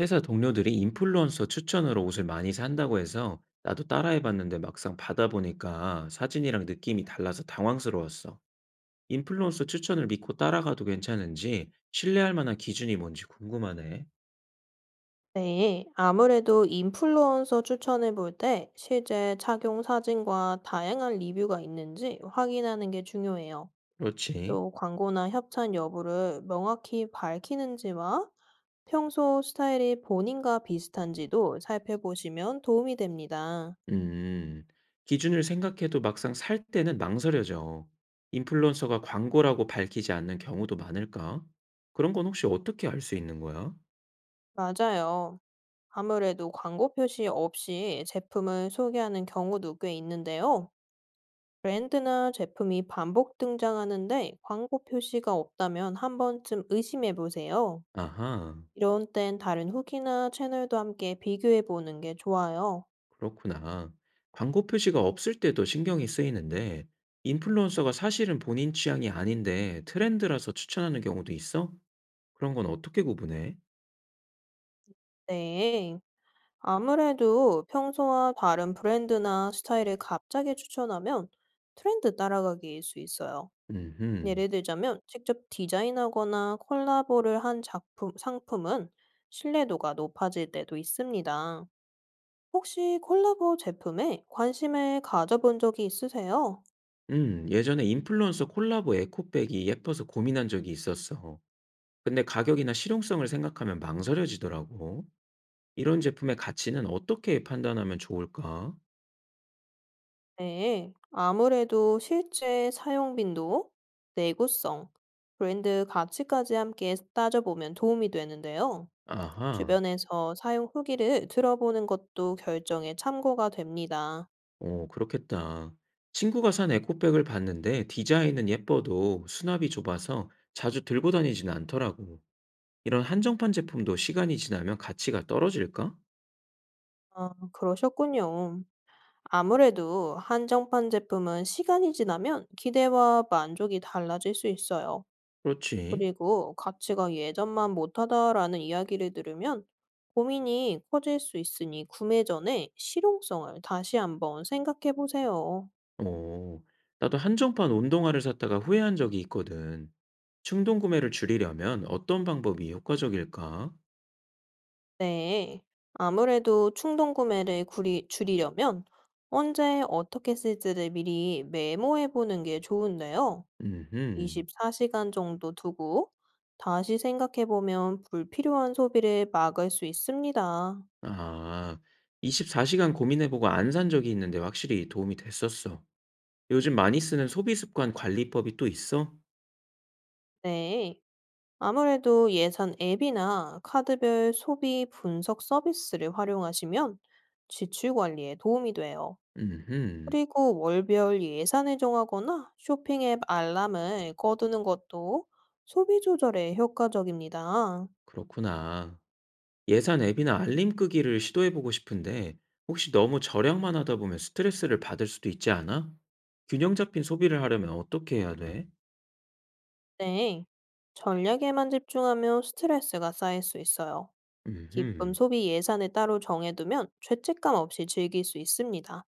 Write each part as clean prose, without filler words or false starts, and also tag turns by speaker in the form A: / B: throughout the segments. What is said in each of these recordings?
A: 회사 동료들이 인플루언서 추천으로 옷을 많이 산다고 해서 나도 따라해봤는데 막상 받아보니까 사진이랑 느낌이 달라서 당황스러웠어. 인플루언서 추천을 믿고 따라가도 괜찮은지 신뢰할 만한 기준이 뭔지 궁금하네.
B: 네, 아무래도 인플루언서 추천을 볼 때 실제 착용 사진과 다양한 리뷰가 있는지 확인하는 게 중요해요.
A: 그렇지.
B: 또 광고나 협찬 여부를 명확히 밝히는지와 평소 스타일이 본인과 비슷한지도 살펴보시면 도움이 됩니다.
A: 음, 기준을 생각해도 막상 살 때는 망설여져. 인플루언서가 광고라고 밝히지 않는 경우도 많을까? 그런 건 혹시 어떻게 알 수 있는 거야?
B: 맞아요. 아무래도 광고 표시 없이 제품을 소개하는 경우도 꽤 있는데요. 브랜드나 제품이 반복 등장하는데 광고 표시가 없다면 한 번쯤 의심해 보세요.
A: 아하.
B: 이런 땐 다른 후기나 채널도 함께 비교해 보는 게 좋아요.
A: 그렇구나. 광고 표시가 없을 때도 신경이 쓰이는데, 인플루언서가 사실은 본인 취향이 아닌데 트렌드라서 추천하는 경우도 있어? 그런 건 어떻게 구분해?
B: 네. 아무래도 평소와 다른 브랜드나 스타일을 갑자기 추천하면 트렌드 따라가기일 수 있어요.
A: 음
B: 예를 들자면 직접 디자인하거나 콜라보를 한 작품, 상품은 신뢰도가 높아질 때도 있습니다. 혹시 콜라보 제품에 관심을 가져본 적이 있으세요?
A: 예전에 인플루언서 콜라보 에코백이 예뻐서 고민한 적이 있었어. 근데 가격이나 실용성을 생각하면 망설여지더라고. 이런 제품의 가치는 어떻게 판단하면 좋을까?
B: 네, 아무래도 실제 사용 빈도, 내구성, 브랜드 가치까지 함께 따져보면 도움이 되는데요.
A: 아하.
B: 주변에서 사용 후기를 들어보는 것도 결정에 참고가 됩니다.
A: 어, 그렇겠다. 친구가 산 에코백을 봤는데 디자인은 예뻐도 수납이 좁아서 자주 들고 다니지는 않더라고. 이런 한정판 제품도 시간이 지나면 가치가 떨어질까?
B: 아, 그러셨군요. 아무래도 한정판 제품은 시간이 지나면 기대와 만족이 달라질 수 있어요.
A: 그렇지.
B: 그리고 가치가 예전만 못하다라는 이야기를 들으면 고민이 커질 수 있으니 구매 전에 실용성을 다시 한번 생각해 보세요.
A: 어, 나도 한정판 운동화를 샀다가 후회한 적이 있거든. 충동 구매를 줄이려면 어떤 방법이 효과적일까?
B: 네. 아무래도 충동 구매를 줄이려면 언제 어떻게 쓸지를 미리 메모해 보는 게 좋은데요.
A: 음,
B: 24시간 정도 두고 다시 생각해 보면 불필요한 소비를 막을 수 있습니다.
A: 아, 24시간 고민해보고 안 산 적이 있는데 확실히 도움이 됐었어. 요즘 많이 쓰는 소비 습관 관리법이 또 있어?
B: 네. 아무래도 예산 앱이나 카드별 소비 분석 서비스를 활용하시면 지출 관리에 도움이 돼요.
A: 음흠.
B: 그리고 월별 예산을 정하거나 쇼핑 앱 알람을 꺼두는 것도 소비 조절에 효과적입니다.
A: 그렇구나. 예산 앱이나 알림 끄기를 시도해 보고 싶은데 혹시 너무 절약만 하다 보면 스트레스를 받을 수도 있지 않아? 균형 잡힌 소비를 하려면 어떻게 해야 돼?
B: 네. 전략에만 집중하면 스트레스가 쌓일 수 있어요. 기쁨
A: 음흠.
B: 소비 예산을 따로 정해두면 죄책감 없이 즐길 수 있습니다.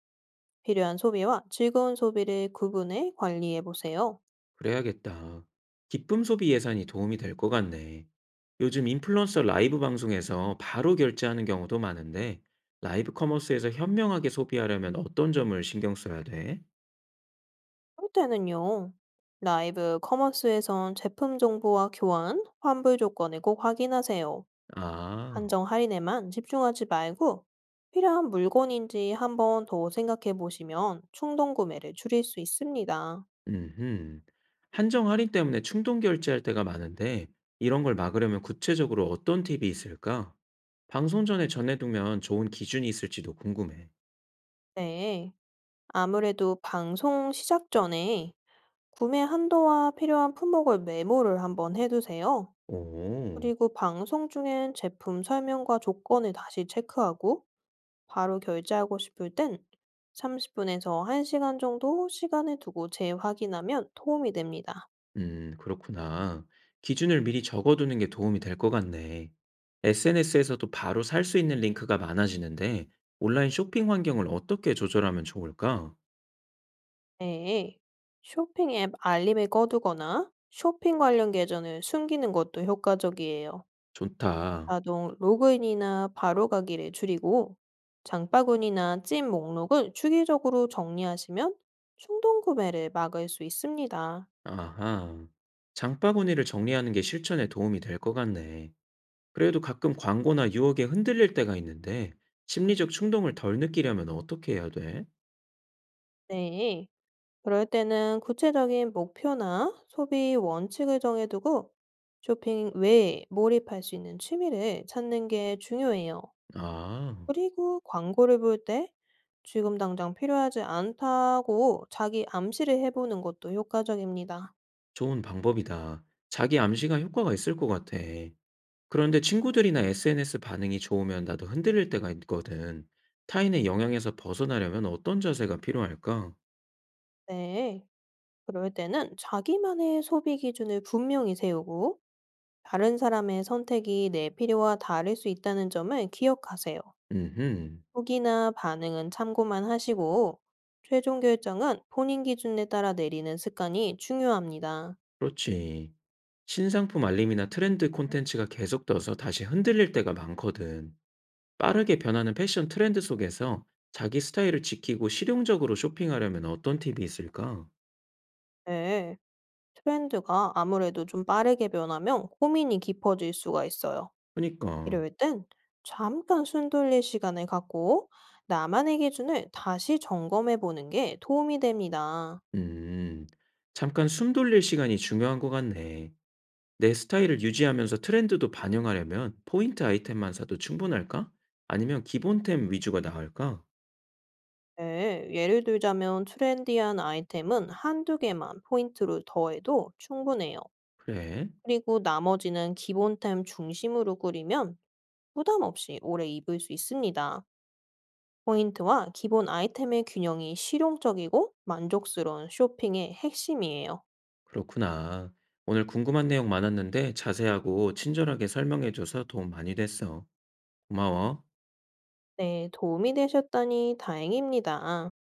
B: 필요한 소비와 즐거운 소비를 구분해 관리해 보세요.
A: 그래야겠다. 기쁨 소비 예산이 도움이 될 것 같네. 요즘 인플루언서 라이브 방송에서 바로 결제하는 경우도 많은데 라이브 커머스에서 현명하게 소비하려면 어떤 점을 신경 써야 돼?
B: 그럴 때는요. 라이브 커머스에선 제품 정보와 교환, 환불 조건을 꼭 확인하세요.
A: 아.
B: 한정 할인에만 집중하지 말고 필요한 물건인지 한번 더 생각해 보시면 충동 구매를 줄일 수 있습니다.
A: 음흠. 한정 할인 때문에 충동 결제할 때가 많은데 이런 걸 막으려면 구체적으로 어떤 팁이 있을까? 방송 전에 전해두면 좋은 기준이 있을지도 궁금해.
B: 네. 아무래도 방송 시작 전에 구매 한도와 필요한 품목을 메모를 한번 해두세요.
A: 오,
B: 그리고 방송 중엔 제품 설명과 조건을 다시 체크하고 바로 결제하고 싶을 땐 30분에서 1시간 정도 시간을 두고 재확인하면 도움이 됩니다.
A: 그렇구나. 기준을 미리 적어두는 게 도움이 될 것 같네. SNS에서도 바로 살 수 있는 링크가 많아지는데 온라인 쇼핑 환경을 어떻게 조절하면 좋을까?
B: 네. 쇼핑 앱 알림을 꺼두거나 쇼핑 관련 계정을 숨기는 것도 효과적이에요.
A: 좋다.
B: 자동 로그인이나 바로 가기를 줄이고 장바구니나 찜 목록을 주기적으로 정리하시면 충동 구매를 막을 수 있습니다.
A: 아하. 장바구니를 정리하는 게 실천에 도움이 될 것 같네. 그래도 가끔 광고나 유혹에 흔들릴 때가 있는데 심리적 충동을 덜 느끼려면 어떻게 해야 돼?
B: 네. 그럴 때는 구체적인 목표나 소비 원칙을 정해두고 쇼핑 외에 몰입할 수 있는 취미를 찾는 게 중요해요.
A: 아,
B: 그리고 광고를 볼 때 지금 당장 필요하지 않다고 자기 암시를 해보는 것도 효과적입니다.
A: 좋은 방법이다. 자기 암시가 효과가 있을 것 같아. 그런데 친구들이나 SNS 반응이 좋으면 나도 흔들릴 때가 있거든. 타인의 영향에서 벗어나려면 어떤 자세가 필요할까?
B: 네. 그럴 때는 자기만의 소비 기준을 분명히 세우고 다른 사람의 선택이 내 필요와 다를 수 있다는 점을 기억하세요.
A: 음흠,
B: 후기나 반응은 참고만 하시고, 최종 결정은 본인 기준에 따라 내리는 습관이 중요합니다.
A: 그렇지. 신상품 알림이나 트렌드 콘텐츠가 계속 떠서 다시 흔들릴 때가 많거든. 빠르게 변하는 패션 트렌드 속에서 자기 스타일을 지키고 실용적으로 쇼핑하려면 어떤 팁이 있을까?
B: 네, 트렌드가 아무래도 좀 빠르게 변하면 고민이 깊어질 수가 있어요.
A: 그니까,
B: 이럴 땐 잠깐 숨 돌릴 시간을 갖고 나만의 기준을 다시 점검해 보는 게 도움이 됩니다.
A: 음, 잠깐 숨 돌릴 시간이 중요한 것 같네. 내 스타일을 유지하면서 트렌드도 반영하려면 포인트 아이템만 사도 충분할까? 아니면 기본템 위주가 나을까?
B: 네, 예를 들자면 트렌디한 아이템은 한두 개만 포인트로 더해도 충분해요.
A: 그래,
B: 그리고 나머지는 기본템 중심으로 꾸리면 부담 없이 오래 입을 수 있습니다. 포인트와 기본 아이템의 균형이 실용적이고 만족스러운 쇼핑의 핵심이에요.
A: 그렇구나. 오늘 궁금한 내용 많았는데 자세하고 친절하게 설명해줘서 도움 많이 됐어. 고마워.
B: 네, 도움이 되셨다니 다행입니다.